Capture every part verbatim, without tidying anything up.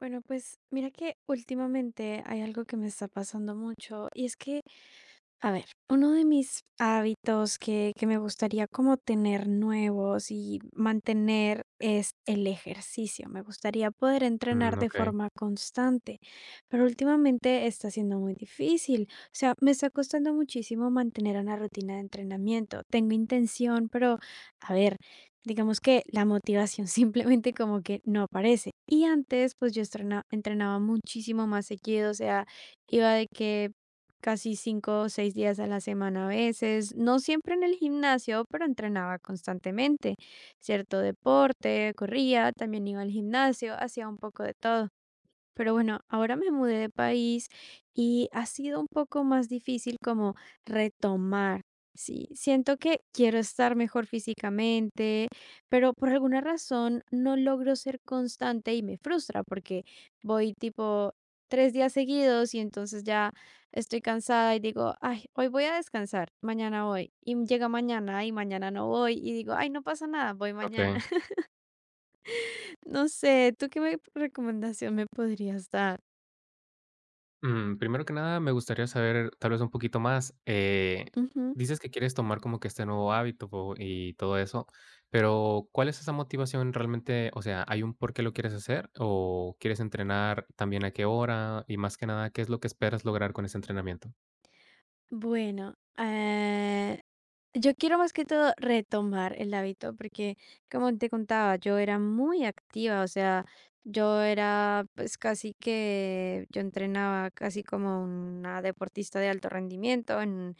Bueno, pues mira que últimamente hay algo que me está pasando mucho y es que a ver, uno de mis hábitos que, que me gustaría como tener nuevos y mantener es el ejercicio. Me gustaría poder entrenar Mm, de okey, forma constante, pero últimamente está siendo muy difícil. O sea, me está costando muchísimo mantener una rutina de entrenamiento. Tengo intención, pero a ver, digamos que la motivación simplemente como que no aparece. Y antes, pues yo estrena- entrenaba muchísimo más seguido, o sea, iba de que casi cinco o seis días a la semana a veces, no siempre en el gimnasio, pero entrenaba constantemente, cierto deporte, corría, también iba al gimnasio, hacía un poco de todo. Pero bueno, ahora me mudé de país y ha sido un poco más difícil como retomar. Sí, siento que quiero estar mejor físicamente, pero por alguna razón no logro ser constante y me frustra porque voy tipo tres días seguidos y entonces ya estoy cansada y digo, ay, hoy voy a descansar, mañana voy. Y llega mañana y mañana no voy y digo, ay, no pasa nada, voy mañana. okey. No sé, ¿tú qué me- recomendación me podrías dar? Mm, primero que nada, me gustaría saber, tal vez, un poquito más, eh, Ujú. Dices que quieres tomar como que este nuevo hábito po y todo eso, pero, ¿cuál es esa motivación realmente? O sea, ¿hay un por qué lo quieres hacer o quieres entrenar también a qué hora? Y más que nada, ¿qué es lo que esperas lograr con ese entrenamiento? Bueno, eh, yo quiero más que todo retomar el hábito porque, como te contaba, yo era muy activa, o sea, yo era pues casi que, yo entrenaba casi como una deportista de alto rendimiento en,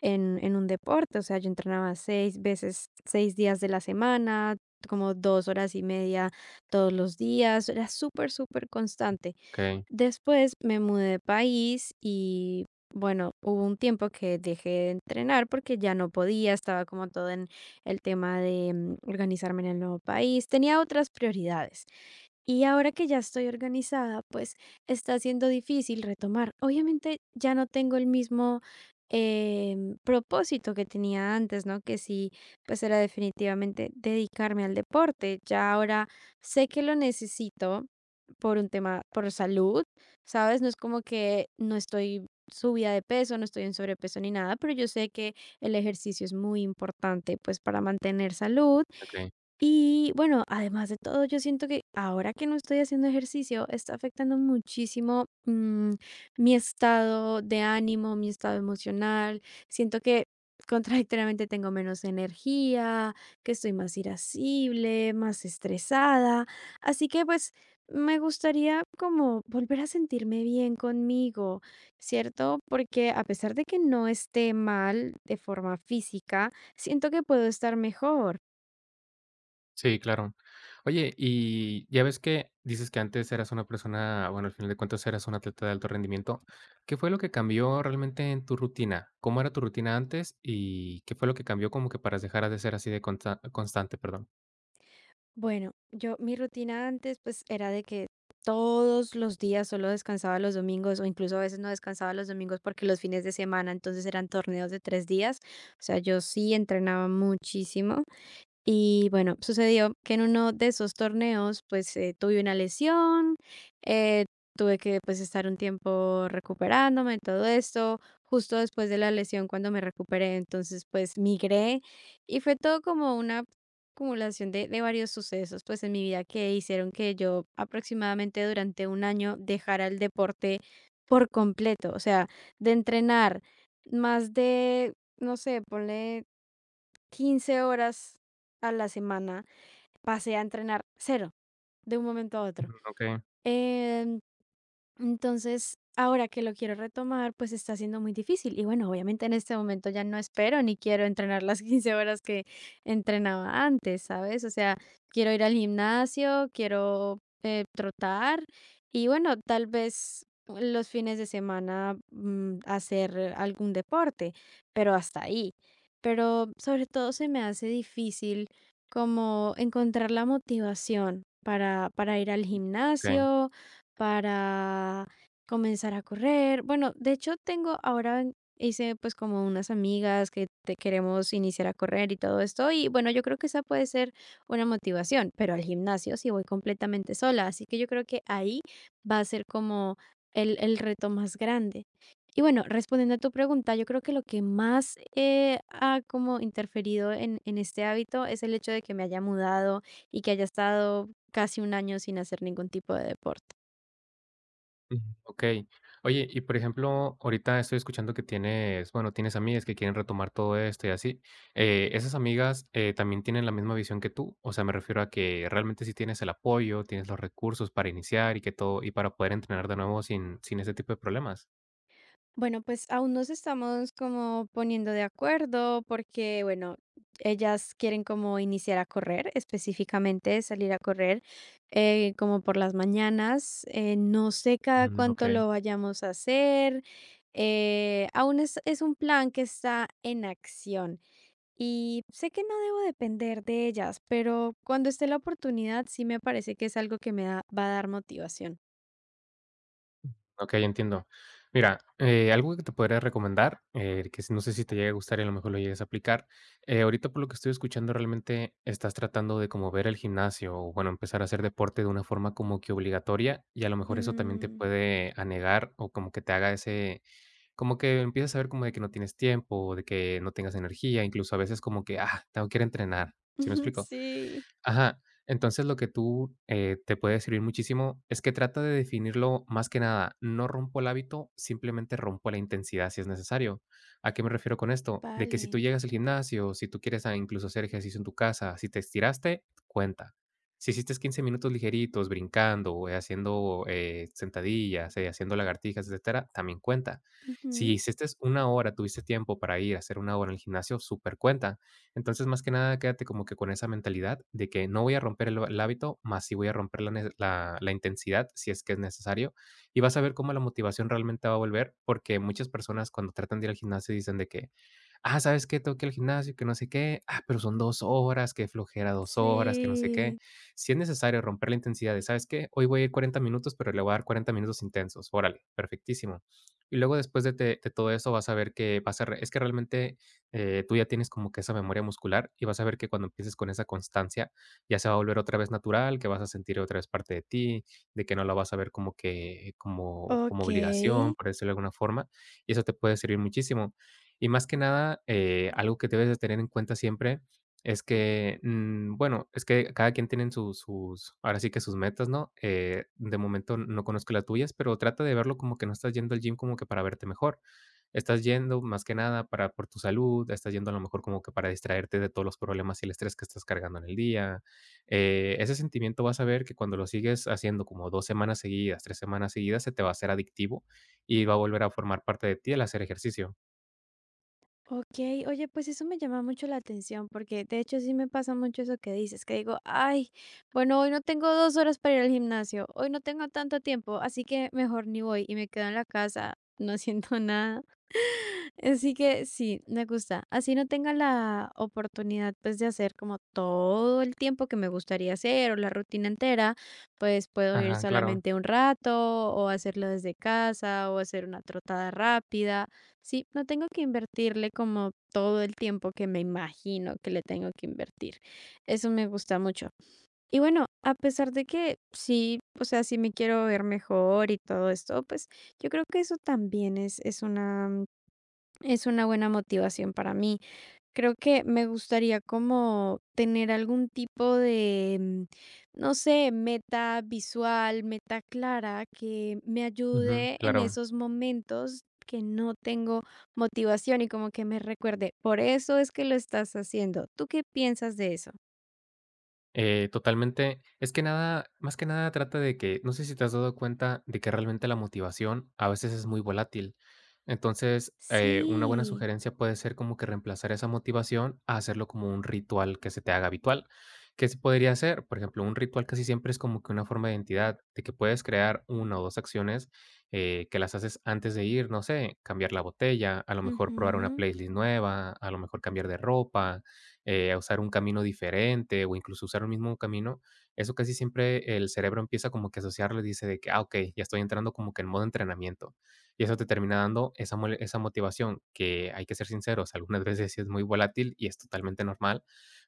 en, en un deporte, o sea, yo entrenaba seis veces, seis días de la semana, como dos horas y media todos los días, era súper, súper constante. Okey, Después me mudé de país y bueno, hubo un tiempo que dejé de entrenar porque ya no podía, estaba como todo en el tema de mm, organizarme en el nuevo país, tenía otras prioridades. Y ahora que ya estoy organizada, pues está siendo difícil retomar. Obviamente ya no tengo el mismo em, propósito que tenía antes, ¿no? Que sí, pues era definitivamente dedicarme al deporte. Ya ahora sé que lo necesito por un tema, por salud, ¿sabes? No es como que no estoy subida de peso, no estoy en sobrepeso ni nada, pero yo sé que el ejercicio es muy importante, pues para mantener salud okey. y bueno, además de todo, yo siento que ahora que no estoy haciendo ejercicio, está afectando muchísimo, mm, mi estado de ánimo, mi estado emocional. Siento que contradictoriamente tengo menos energía, que estoy más irascible, más estresada. Así que pues me gustaría como volver a sentirme bien conmigo, ¿cierto? Porque a pesar de que no esté mal de forma física, siento que puedo estar mejor. Sí, claro. Oye, y ya ves que dices que antes eras una persona, bueno, al final de cuentas eras un atleta de alto rendimiento. ¿Qué fue lo que cambió realmente en tu rutina? ¿Cómo era tu rutina antes y qué fue lo que cambió como que para dejar de ser así de consta- constante, perdón? Bueno, yo mi rutina antes pues era de que todos los días solo descansaba los domingos o incluso a veces no descansaba los domingos porque los fines de semana entonces eran torneos de tres días. O sea, yo sí entrenaba muchísimo. Y bueno, sucedió que en uno de esos torneos, pues eh, tuve una lesión, eh, tuve que pues estar un tiempo recuperándome, todo esto, justo después de la lesión cuando me recuperé, entonces pues migré y fue todo como una acumulación de, de varios sucesos pues en mi vida que hicieron que yo aproximadamente durante un año dejara el deporte por completo, o sea, de entrenar más de, no sé, ponle quince horas a la semana pasé a entrenar cero de un momento a otro. Ok, Em, entonces, ahora que lo quiero retomar, pues está siendo muy difícil. Y bueno, obviamente en este momento ya no espero ni quiero entrenar las quince horas que entrenaba antes, ¿sabes? O sea, quiero ir al gimnasio, quiero eh, trotar y bueno, tal vez los fines de semana mm, hacer algún deporte, pero hasta ahí. Pero sobre todo se me hace difícil como encontrar la motivación para, para ir al ok. gimnasio para comenzar a correr. Bueno, de hecho tengo ahora en- hice pues como unas amigas que te queremos iniciar a correr y todo esto y bueno, yo creo que esa puede ser una motivación, pero al gimnasio sí voy completamente sola, así que yo creo que ahí va a ser como el, el reto más grande. Y bueno, respondiendo a tu pregunta, yo creo que lo que más eh, ha como interferido en, en este hábito es el hecho de que me haya mudado y que haya estado casi un año sin hacer ningún tipo de deporte. Ujú, okey. Oye, y por ejemplo, ahorita estoy escuchando que tienes, bueno, tienes amigas que quieren retomar todo esto y así, eh, ¿esas amigas, eh, también tienen la misma visión que tú? O sea, me refiero a que realmente sí tienes el apoyo, tienes los recursos para iniciar y que todo y para poder entrenar de nuevo sin sin ese tipo de problemas. Bueno, pues aún nos estamos como poniendo de acuerdo porque, bueno, ellas quieren como iniciar a correr, específicamente salir a correr eh, como por las mañanas. Eh, no sé cada Mm, cuánto okey. lo vayamos a hacer. Eh, aún es, es un plan que está en acción y sé que no debo depender de ellas, pero cuando esté la oportunidad sí me parece que es algo que me da- va a dar motivación. Ok, entiendo. Mira, eh, algo que te podría recomendar, eh, que si- no sé si te llegue a gustar y a lo mejor lo llegues a aplicar. Eh, ahorita por lo que estoy escuchando, realmente estás tratando de como ver el gimnasio o, bueno, empezar a hacer deporte de una forma como que obligatoria, y a lo mejor eso también te Mm, puede anegar o como que te haga ese como que empiezas a ver como de que no tienes tiempo, o de que no tengas energía, incluso a veces como que: "Ah, tengo que ir a entrenar", ¿sí me explico? sí, Ajá. Entonces, lo que tú, eh, te puede servir muchísimo es que trata de definirlo más que nada, no rompo el hábito, simplemente rompo la intensidad si es necesario. ¿A qué me refiero con esto? De que si tú vale. llegas al gimnasio, si tú quieres, ah, incluso hacer ejercicio en tu casa, si te estiraste, cuenta. Si hiciste quince minutos ligeritos, brincando, eh, haciendo, eh, sentadillas, eh, haciendo lagartijas, etcétera, también cuenta. Si Ujú, hiciste una hora, tuviste tiempo para ir a hacer una hora en el gimnasio, súper cuenta. Entonces, más que nada, quédate como que con esa mentalidad de que no voy a romper el, el hábito, más si voy a romper la, ne- la- la intensidad si es que es necesario. Y vas a ver cómo la motivación realmente va a volver, porque muchas personas cuando tratan de ir al gimnasio dicen de que, ah, ¿sabes qué? Tengo que ir al gimnasio, que no sé qué, ah, pero son dos horas, que flojera dos horas, que no sé qué. sí. Si es necesario romper la intensidad de, ¿sabes qué? Hoy voy a ir cuarenta minutos, pero le voy a dar cuarenta minutos intensos. Órale, perfectísimo. Y luego después de, te- de todo eso vas a ver que vas a re- es que realmente eh, tú ya tienes como que esa memoria muscular y vas a ver que cuando empieces con esa constancia ya se va a volver otra vez natural, que vas a sentir otra vez parte de ti, de que no la vas a ver como que como, como Okey, obligación, por decirlo de alguna forma, y eso te puede servir muchísimo. Y más que nada, eh, algo que debes de tener en cuenta siempre es que, mm, bueno, es que cada quien tiene sus, sus, ahora sí que sus metas, ¿no? Eh, de momento no conozco las tuyas, pero trata de verlo como que no estás yendo al gym como que para verte mejor. Estás yendo más que nada para por tu salud, estás yendo a lo mejor como que para distraerte de todos los problemas y el estrés que estás cargando en el día. Eh, ese sentimiento vas a ver que cuando lo sigues haciendo como dos semanas seguidas, tres semanas seguidas, se te va a hacer adictivo y va a volver a formar parte de ti el hacer ejercicio. okey. Oye, pues eso me llama mucho la atención, porque de hecho sí me pasa mucho eso que dices, que digo: "Ay, bueno, hoy no tengo dos horas para ir al gimnasio, hoy no tengo tanto tiempo, así que mejor ni voy", y me quedo en la casa no haciendo nada. Así que sí, me gusta. Así no tenga la oportunidad, pues, de hacer como todo el tiempo que me gustaría hacer o la rutina entera, pues, puedo ir Ajá, claro. solamente un rato o hacerlo desde casa o hacer una trotada rápida. Sí, no tengo que invertirle como todo el tiempo que me imagino que le tengo que invertir. Eso me gusta mucho. Y bueno, a pesar de que sí, o sea, sí me quiero ver mejor y todo esto, pues, yo creo que eso también es es una es una buena motivación para mí. Creo que me gustaría como tener algún tipo de, mm, no sé, meta visual, meta clara que me Ujú, ayude en claro. esos momentos que no tengo motivación y como que me recuerde, por eso es que lo estás haciendo. ¿Tú qué piensas de eso? Eh, totalmente. Es que nada más que nada trata de que no sé si te has dado cuenta de que realmente la motivación a veces es muy volátil. Entonces, eh, una buena Sí. sugerencia puede ser como que reemplazar esa motivación a hacerlo como un ritual que se te haga habitual. ¿Qué se podría hacer? Por ejemplo, un ritual casi siempre es como que una forma de identidad, de que puedes crear una o dos acciones eh, que las haces antes de ir, no sé, cambiar la botella, a lo mejor probar una Ujú. playlist nueva, a lo mejor cambiar de ropa, eh, a usar un camino diferente o incluso usar el mismo camino, eso casi siempre el cerebro empieza como que a asociarlo y dice de que, ah, ok, ya estoy entrando como que en modo entrenamiento. Y eso te termina dando esa, mole- esa motivación que hay que ser sinceros, algunas veces sí es muy volátil y es totalmente normal,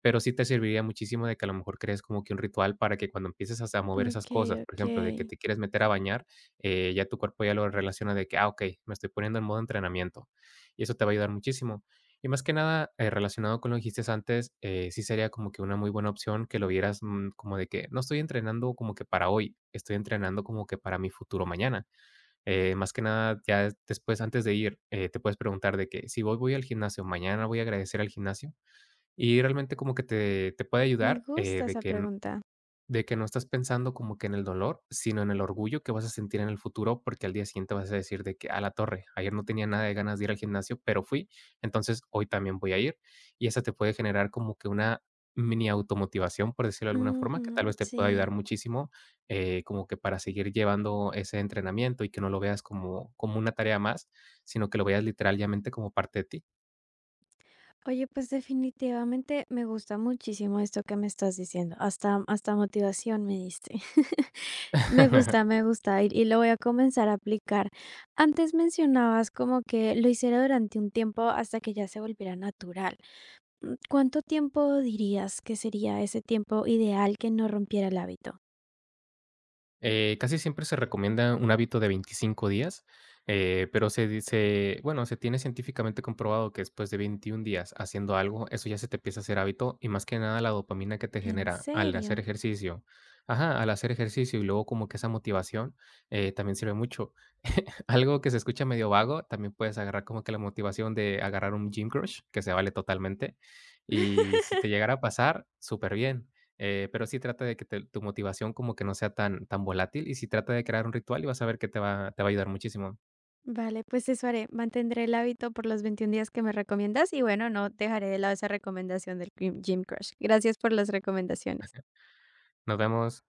pero sí te serviría muchísimo de que a lo mejor crees como que un ritual para que cuando empieces hasta a mover esas Ok, cosas, por ok. ejemplo, de que te quieres meter a bañar, eh, ya tu cuerpo ya lo relaciona de que, ah, ok, me estoy poniendo en modo entrenamiento. Y eso te va a ayudar muchísimo. Y más que nada, eh, relacionado con lo que dijiste antes, eh, sí sería como que una muy buena opción que lo vieras mm, como de que no estoy entrenando como que para hoy, estoy entrenando como que para mi futuro mañana. Eh, más que nada, ya es- después, antes de ir, eh, te puedes preguntar de que si hoy voy al gimnasio, mañana voy a agradecer al gimnasio. Y realmente como que te, te puede Me ayudar eh, gusta de esa que pregunta. de que no estás pensando como que en el dolor, sino en el orgullo que vas a sentir en el futuro, porque al día siguiente vas a decir de que a la torre, ayer no tenía nada de ganas de ir al gimnasio, pero fui, entonces hoy también voy a ir. Y esa te puede generar como que una mini automotivación, por decirlo de alguna forma, que tal Ujú, vez te pueda ayudar sí. muchísimo, eh, como que para seguir llevando ese entrenamiento y que no lo veas como, como una tarea más, sino que lo veas literalmente como parte de ti. Oye, pues definitivamente me gusta muchísimo esto que me estás diciendo. Hasta, hasta motivación me diste. Me gusta, me gusta y, y lo voy a comenzar a aplicar. Antes mencionabas como que lo hiciera durante un tiempo hasta que ya se volviera natural. Mm, ¿Cuánto tiempo dirías que sería ese tiempo ideal que no rompiera el hábito? Eh, casi siempre se recomienda un hábito de veinticinco días, eh, pero se dice, bueno, se tiene científicamente comprobado que después de veintiún días haciendo algo, eso ya se te empieza a hacer hábito y más que nada la dopamina que te ¿En genera al hacer serio? ejercicio. Ajá, al hacer ejercicio y luego como que esa motivación eh, también sirve mucho. Algo que se escucha medio vago, también puedes agarrar como que la motivación de agarrar un gym crush, que se vale totalmente. Y si te llegara a pasar, súper bien. Eh, pero sí trata de que te tu motivación como que no sea tan tan volátil, y sí trata de crear un ritual, y vas a ver que te va te va a ayudar muchísimo. Vale, pues eso haré. Mantendré el hábito por los veintiún días que me recomiendas y bueno, no dejaré de lado esa recomendación del Gym Gym Crush. Gracias por las recomendaciones. Nos vemos.